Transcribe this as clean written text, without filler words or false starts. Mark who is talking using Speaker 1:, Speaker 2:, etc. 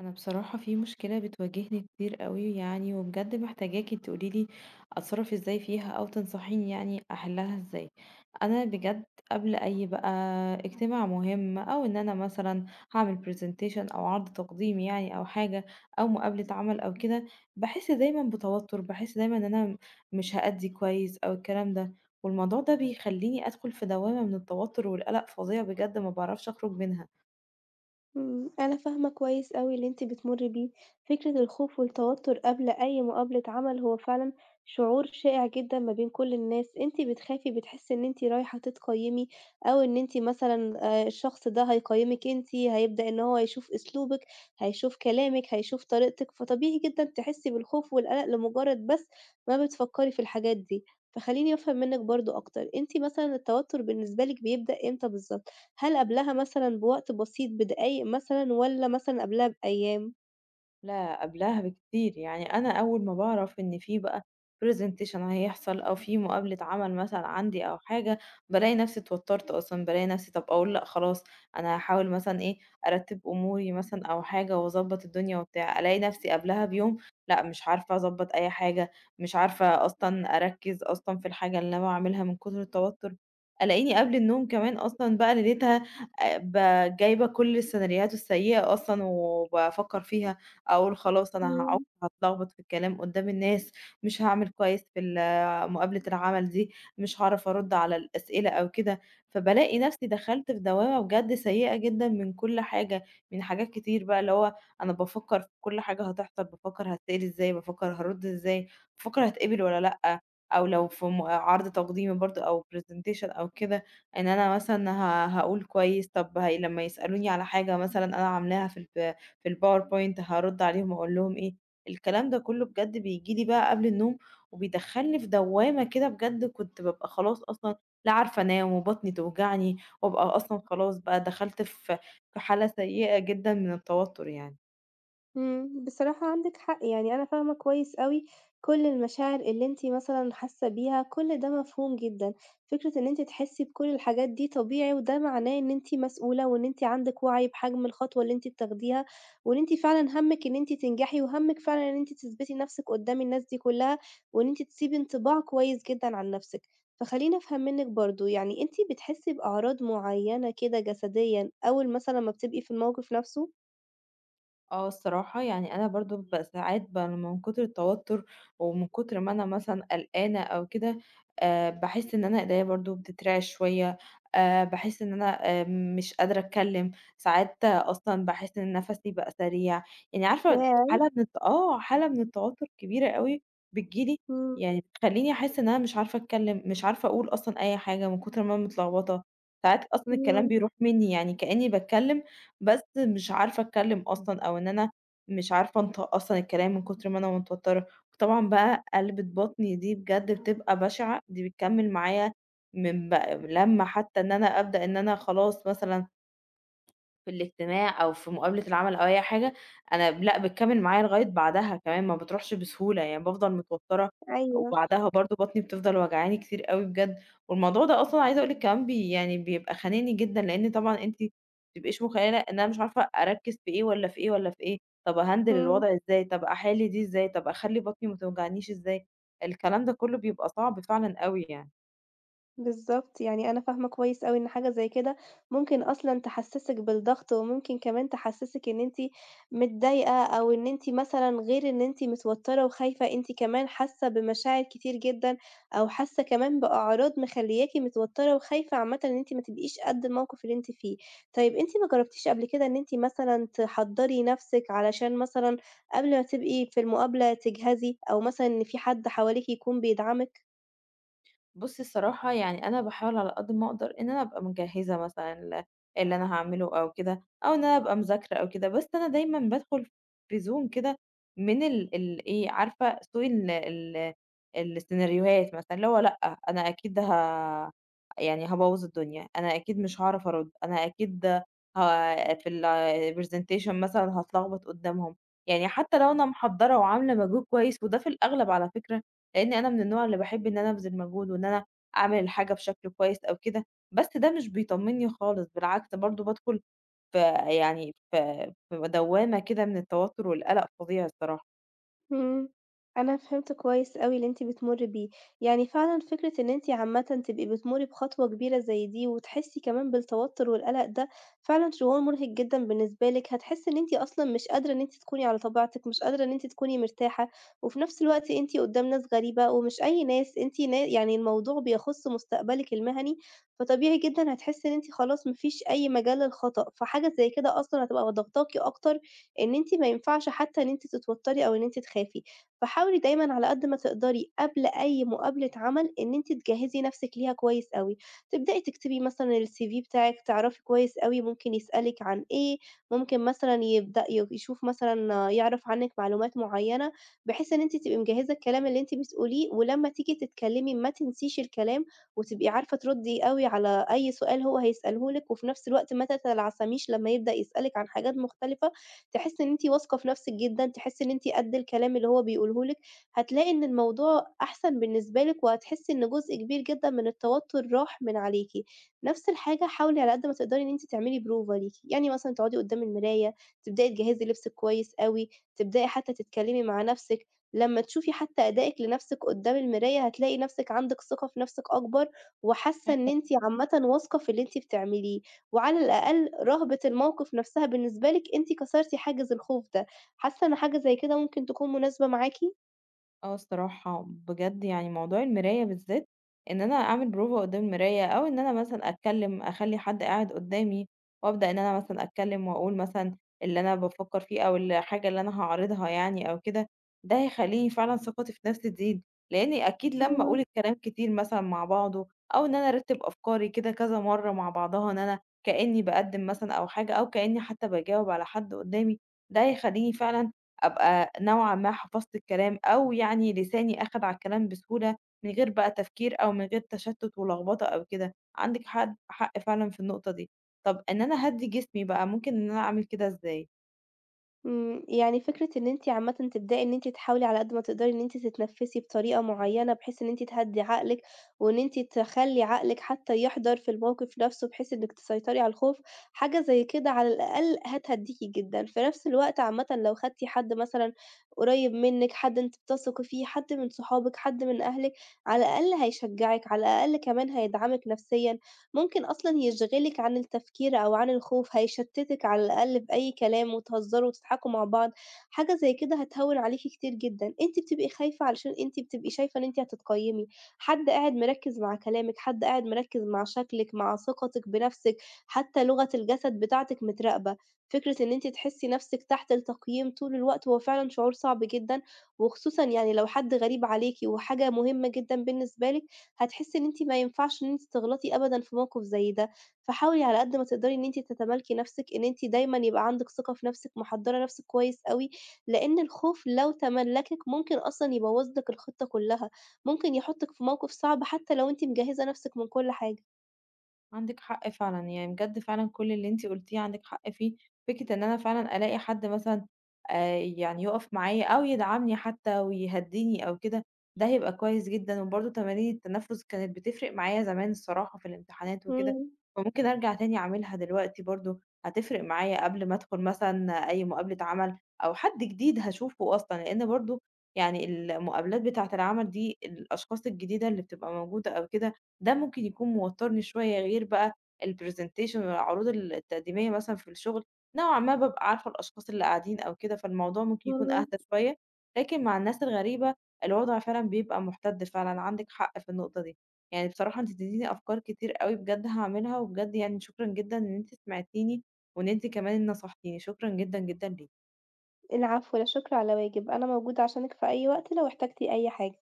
Speaker 1: انا بصراحة في مشكلة بتواجهني كتير قوي يعني، وبجد محتاجاكي تقوليلي اتصرف ازاي فيها او تنصحيني يعني احلها ازاي. انا بجد قبل اي بقى اجتماع مهم، او ان انا مثلا هعمل برزنتيشن او عرض تقديم يعني او حاجة، او مقابلة عمل او كده، بحس دايما بتوتر، بحس دايما ان انا مش هأدي كويس او الكلام ده. والموضوع ده بيخليني ادخل في دوامة من التوتر والقلق فظيع بجد، ما بعرفش اخرج منها.
Speaker 2: أنا فاهمة كويس أوي اللي أنتِ بتمُرّي بيه، فكرة الخوف والتوتُّر قبل أي مقابلة عمل هو فعلًا شعور شائِع جدًا ما بين كل الناس، أنتِ بتخافي بتحسّي إن أنتِ رايحة تتقيّمي أو إن أنتِ مثلًا الشخص ده هيقيّمِك أنتِ، هيبدأ إن هو يشوف أسلوبِك، هيشوف كلامِك، هيشوف طريقتِك، فطبيعي جدًا تحسّي بالخوف والقلق لمُجرّد بس ما بتفكّري في الحاجات دي. فخلّيني أفهم منِّك برضه أكتر، أنتِ مثلًا التوتُّر بالنسبة لِك بيبدأ إمتى بالضبط؟ هل قبلها مثلًا بوقت بسيط بدقايق مثلًا والّا مثلًا قبلها بأيام؟
Speaker 1: لا قبلها بكتير، يعني انا اول ما بعرف ان في بقى presentation هيحصل او في مقابلة عمل مثلا عندي او حاجة، بلاقي نفسي اتوترت اصلا. بلاقي نفسي طب اقول لا خلاص، انا هحاول مثلا ايه، ارتب اموري مثلا او حاجة واظبط الدنيا وبتاع، الاقي نفسي قبلها بيوم لا مش عارفة اظبط اي حاجة، مش عارفة اصلا اركز اصلا في الحاجة اللي انا بعملها من كتر التوتر. الاقيني قبل النوم كمان اصلا بقى ليلتها آه، جايبة كل السيناريوهات السيئة اصلا وبفكر فيها. أقول خلاص أنا هاعُك،
Speaker 2: إمم.
Speaker 1: هاتلخبط في الكلام قدّام الناس، مش هاعمل كويس في ال مقابلة العمل دي، مش هاعرف أرُد على الأسئلة أو كده. فبالاقي نَفْسي دخلت في دوامة بجد سيئة جدًا من كل حاجة، من حاجات كتير بقى اللي هو أنا بافكّر في كل حاجة هتحصل، بافكّر هاتسأل إزاي، بافكّر هارُد إزاي، بافكّر هاتقبل والّا لأ، أو لو في م آه، عرض تقديمي برضه أو presentation أو كده، إن أنا مثلًا هاقول كويس، طَب هي لمّا يسألوني على حاجة مثلًا أنا عاملاها في الPowerPoint هارُدّ عليهم وأقول لهم إيه. الكلام ده كلّه بجد بييجي لي بقى قبل النوم، وبيدخّلني في دوّامة كده بجد، كنت بابقى خلاص أصلًا لا عارفة أنام وبطني توجعني، وأبقى أصلًا خلاص بقى دخلت في حالة سيئة جدًا من التوتر يعني.
Speaker 2: إمم، بصراحة عندِك حق، يعني أنا فاهمة كويس أوي كل المشاعر اللي أنتِ مثلًا حاسة بيها، كل ده مفهوم جدًا، فكرة إن أنتِ تحسي بكل الحاجات دي طبيعي، وده معناه إن أنتِ مسؤولة، وإن أنتِ عندِك وعي بحجم الخطوة اللي أنتِ بتاخديها، وإن أنتِ فعلًا هَمِّك إن أنتِ تنجحي، وهَمِّك فعلًا إن أنتِ تثبتي نفسِك قدّام الناس دي كلها، وإن أنتِ تسيبي انطباع كويس جدًا عن نفسِك. فخلّيني أفهم منِّك برضه، يعني أنتِ بتحسي بأعراض معيّنة كده جسديًا أول مثلًا ما بتبقي في الموقف نفسه؟
Speaker 1: آه الصراحة، يعني أنا برضه ساعات من كتر التوتر ومن كتر ما أنا مثلًا قلقانة أو كده، باحس إن أنا إيديّا برضه بتترعش شوية، باحس إن أنا مش قادرة أتكلّم، ساعات آه، أصلًا باحس إن نَفَسي بقى سريع، يعني عارفة
Speaker 2: ياه!
Speaker 1: حالة من الت آه، حالة من التوتر كبيرة أوي بتيجي لي.
Speaker 2: إمم.
Speaker 1: يعني بتخلّيني أحس إن أنا مش عارفة أتكلّم، مش عارفة أقول أصلًا أي حاجة من كتر ما أنا متلخبطة. ساعات أصلًا الكلام
Speaker 2: إمم،
Speaker 1: بيروح منّي، يعني كإنّي باتكلّم بس مش عارفة أتكلّم أصلًا، أو إن أنا مش عارفة أنطق أصلًا الكلام من كتر ما أنا متوتّرة. وطبعًا بقى قلبِة بطني دي بجد بتبقى بشعة، دي بتكمّل معايا من بقى لمّا حتى إن أنا أبدأ إن أنا خلاص مثلًا في الاجتماع أو في مقابلة العمل أو أي حاجة، أنا لأ بتكمّل معايا لغاية بعدها كمان، ما بتروحش بسهولة، يعني بافضل متوتّرة،
Speaker 2: أيوه،
Speaker 1: وبعدها برضه بطني بتفضل وجعاني كتير أوي بجد. والموضوع ده أصلًا عايزة أقول لِك كمان يعني بيبقى خانقني جدًا، لإن طبعًا أنتِ ما بتبقيش مُتخيّلة إن أنا مش عارفة أركّز في إيه والّا في إيه والّا في إيه، طَب أهندل
Speaker 2: إمم،
Speaker 1: الوضع إزاي، طَب أحِل دي إزاي، طَب أخلّي بطني ما توجعنيش إزاي، الكلام ده كلّه بيبقى صعب فعلًا أوي يعني.
Speaker 2: بالضبط، يعني أنا فاهمة كويس أوي إن حاجة زي كده ممكن أصلًا تحسّسِك بالضغط، وممكن كمان تحسّسِك إن أنتِ متضايقة، أو إن أنتِ مثلًا غير إن أنتِ متوترة وخايفة، أنتِ كمان حاسة بمشاعر كتير جدًا، أو حاسة كمان بأعراض مخلياكِ متوترة وخايفة عامةً إن أنتِ ما تبقيش قد الموقف اللي أنتِ فيه. طيب أنتِ ما جربتيش قبل كده إن أنتِ مثلًا تحضّري نفسِك علشان مثلًا قبل ما تبقي في المقابلة تجهزي، أو مثلًا إن في حد حواليكِ يكون بيدعمِك؟
Speaker 1: بُصّي الصراحة يعني أنا باحاول على قد ما أقدر إن أنا أبقى مجهّزة مثلًا اللي أنا هاعمله أو كده، أو إن أنا أبقى مذاكرة أو كده. بس أنا دايمًا بادخل في zone كده من ال ال إيه، عارفة سوق ال ال السيناريوهات مثلًا، اللي هو لأ، أنا أكيد يعني هابوّظ الدنيا، أنا أكيد مش هاعرف أرُد، أنا أكيد ه في الpresentation مثلًا هاتلخبط قدّامهم. يعني حتى لو أنا محضّرة وعاملة مجهود كويس، وده في الأغلب على فكرة، لإن أنا من النوع اللي باحب إن أنا أبذل مجهود وإن أنا أعمل الحاجة بشكل كويس أو كده، بس ده مش بيطمّني خالص، بالعكس برضه بادخل في يعني في في دوّامة كده من التوتر والقلق فظيع الصراحة.
Speaker 2: إمم، أنا فهمت كويس أوي اللي أنتِ بتمُرّي بيه، يعني فعلًا فكرة إن أنتِ عامةً تبقي بتمُرّي بخطوة كبيرة زي دي، وتحسّي كمان بالتوتُّر والقلق ده، فعلًا شعور مرهق جدًا بالنسبة لِك، هتحسّي إن أنتِ أصلًا مش قادرة إن أنتِ تكوني على طبيعتِك، مش قادرة إن أنتِ تكوني مرتاحة، وفي نفس الوقت أنتِ قدّام ناس غريبة ومش أي ناس، أنتِ نا يعني الموضوع بيخُص مستقبلِك المهني، فطبيعي جدًا هتحسّي إن أنتِ خلاص ما فيش أي مجال للخطأ، فحاجة زي كده أصلًا هتبقى ضاغطاكِ أكتر إن أنتِ ما ينفعش حتى إن أنتِ تتوتّري أو إن أنتِ تخافي، فحاولي دايمًا على قد ما تقدري قبل أي مقابلة عمل إن أنتِ تجهّزي نَفْسِك ليها كويس أوي، تبدئي تكتبي مثلًا الCV بتاعِك تعرفي كويس أوي ممكن يسألِك عن إيه، ممكن مثلًا يبدأ ي يشوف مثلًا يعرف عنِّك معلومات معيّنة، بحيث إن أنتِ تبقي مجهّزة الكلام اللي أنتِ بتقوليه، ولمّا تيجي تتكلّمي ما تنسيش الكلام، وتبقي عارفة تردّي أوي على أي سؤال هو هيسأله لِك، وفي نَفْس الوقت ما تتلعثميش لمّا يبدأ يسألِك عن حاجات مختلفة، تحسّي إن أنتِ واثقة في نَفْسِك جدًا، تحسّي إن أنتِ قد الكلام اللي هو بيقوله لِك، هتلاقي إن الموضوع أحسن بالنسبة لِك، وهتحسّي إن جزء كبير جدًا من التوتر راح من عليكِ. نَفْس الحاجة حاولي على قد ما تقدري إن أنتِ تعملي بروفة ليكِ، يعني مثلًا تقعدي قدّام المراية، تبدئي تجهّزي لبسِك كويس أوي، تبدئي حتى تتكلمي مع نَفْسِك، لمّا تشوفي حتى أدائِك لنَفْسِك قدّام المراية، هتلاقي نَفْسِك عندِك ثقة في نَفْسِك أكبر، وحاسّة إن
Speaker 1: حلو.
Speaker 2: أنتِ عامةً واثقة في اللي أنتِ بتعمليه. وعلى الأقل رهبة الموقف نفسها بالنسبة لِك أنتِ كسرتِ حاجز الخوف ده، حاسة إن حاجة زي كده ممكن تكون مناسبة معاكِ؟
Speaker 1: آه الصراحة بجد يعني موضوع المراية بالذات، إن أنا أعمل بروفة قدّام المراية، أو إن أنا مثلًا أتكلّم أخلّي حد قاعد قدّامي وأبدأ إن أنا مثلًا أتكلّم وأقول مثلًا اللي أنا بافكّر فيه أو الحاجة اللي أنا هاعرضها يعني أو كده، ده هيخلّيني فعلًا ثقتي في نَفْسي تزيد، لإنّي أكيد لمّا
Speaker 2: إمم.
Speaker 1: أقول الكلام كتير مثلًا مع بعضه، أو إن أنا أرتّب أفكاري كده كذا مرّة مع بعضها، إن أنا كإنّي باقدّم مثلًا أو حاجة أو كإنّي حتى باجاوب على حد قدّامي، ده هيخلّيني فعلًا أبقى نوعًا ما حفظت الكلام، أو يعني لساني أخَد على الكلام بسهولة من غير بقى تفكير أو من غير تشتُّت ولخبطة أو كده. عندِك حد حق فعلًا في النقطة دي. طَب إن أنا أهدّي جسمي بقى، ممكن إن أنا أعمل كده إزاي؟
Speaker 2: يعني فكرة إن أنتِ عامةً تبدئي إن أنتِ تحاولي على قد ما تقدري إن أنتِ تتنفّسي بطريقة معيّنة، بحيث إن أنتِ تهدّي عقلِك، وإن أنتِ تخلّي عقلِك حتى يحضر في الموقف نفسه، بحيث إنِّك تسيطري على الخوف، حاجة زي كده على الأقل هتهدّيكِ جدًا. في نفس الوقت عامةً لو خدتِ حد مثلًا قريب منِّك، حد أنتِ بتثقي فيه، حد من صحابِك، حد من أهلِك، على الأقل هيشجّعِك، على الأقل كمان هيدعمِك نفسيًا. ممكن أصلًا يشغلِك عن التفكير أو عن الخوف، هيشتتِك على الأقل بأي كلام وتهزروا وتضحكوا مع بعض، حاجة زي كده هتهوِّن عليكِ كتير جدًا. أنتِ بتبقي خايفة علشان أنتِ بتبقي شايفة إن أنتِ هتتقيّمي، حد قاعد مركِّز مع كلامِك، حد قاعد مركِّز مع شكلِك، مع ثقتِك بنفسِك، حتى لغة الجسد بتاعتِك متراقبة. فكرة إن أنتِ تحسّي نفسِك تحت التقييم طول الوقت هو فعلًا شعور صعب جدًا، وخصوصًا يعني لو حد غريب عليكِ وحاجة مهمة جدًا بالنسبة لِك، هتحسّي إن أنتِ ما ينفعش إن أنتِ تغلطي أبدًا في موقف زي ده، فحاولي على قد ما تقدري إن أنتِ تتمالكي نَفْسِك، إن أنتِ دايمًا يبقى عندِك ثقة في نَفْسِك، محضّرة نَفْسِك كويس أوي، لإن الخوف لو تملّكِك ممكن أصلًا يبوّظ لِك الخطة كلّها، ممكن يحطِّك في موقف صعب حتى لو أنتِ مجهّزة نَفْسِك من كل حاجة.
Speaker 1: عندِك حق فعلًا، يعني بجد فعلًا كل اللي أنتِ قُلتيه عندِك حق فيه. فكرة إن أنا فعلًا ألاقي حد مثلًا يعني يُقف معايا أو يدعمني حتى ويهدّيني أو كده، ده هيبقى كويس جدًا. وبرضه تمارين التنفس كانت بتفرق معايا زمان الصراحة في الامتحانات وكده،
Speaker 2: إمم،
Speaker 1: فممكن أرجع تاني أعملها دلوقتي برضه، هتفرق معايا قبل ما أدخل مثلًا أي مقابلة عمل أو حد جديد هاشوفه أصلًا، لإن برضه يعني المقابلات بتاعة العمل دي الأشخاص الجديدة اللي بتبقى موجودة أو كده، ده ممكن يكون موتّرني شوية. غير بقى الpresentation والعروض التقديمية مثلًا في الشغل، نوعًا ما بابقى عارفة الأشخاص اللي قاعدين أو كده، فالموضوع ممكن يكون
Speaker 2: إمم.
Speaker 1: أهدى شوية. لكن مع الناس الغريبة الوضع فعلًا بيبقى مُحتَد فعلًا، عندِك حق في النقطة دي. يعني بصراحة أنتِ اديتيني أفكار كتير أوي بجد هاعملها، وبجد يعني شكرًا جدًا إن أنتِ سمعتيني، وإن أنتِ كمان نصحتيني، شكرًا جدًا، جدًا ليكِ.
Speaker 2: العفو، لا شكر على واجب، أنا موجودة عشانِك في أي وقت لو احتجتِ أي حاجة.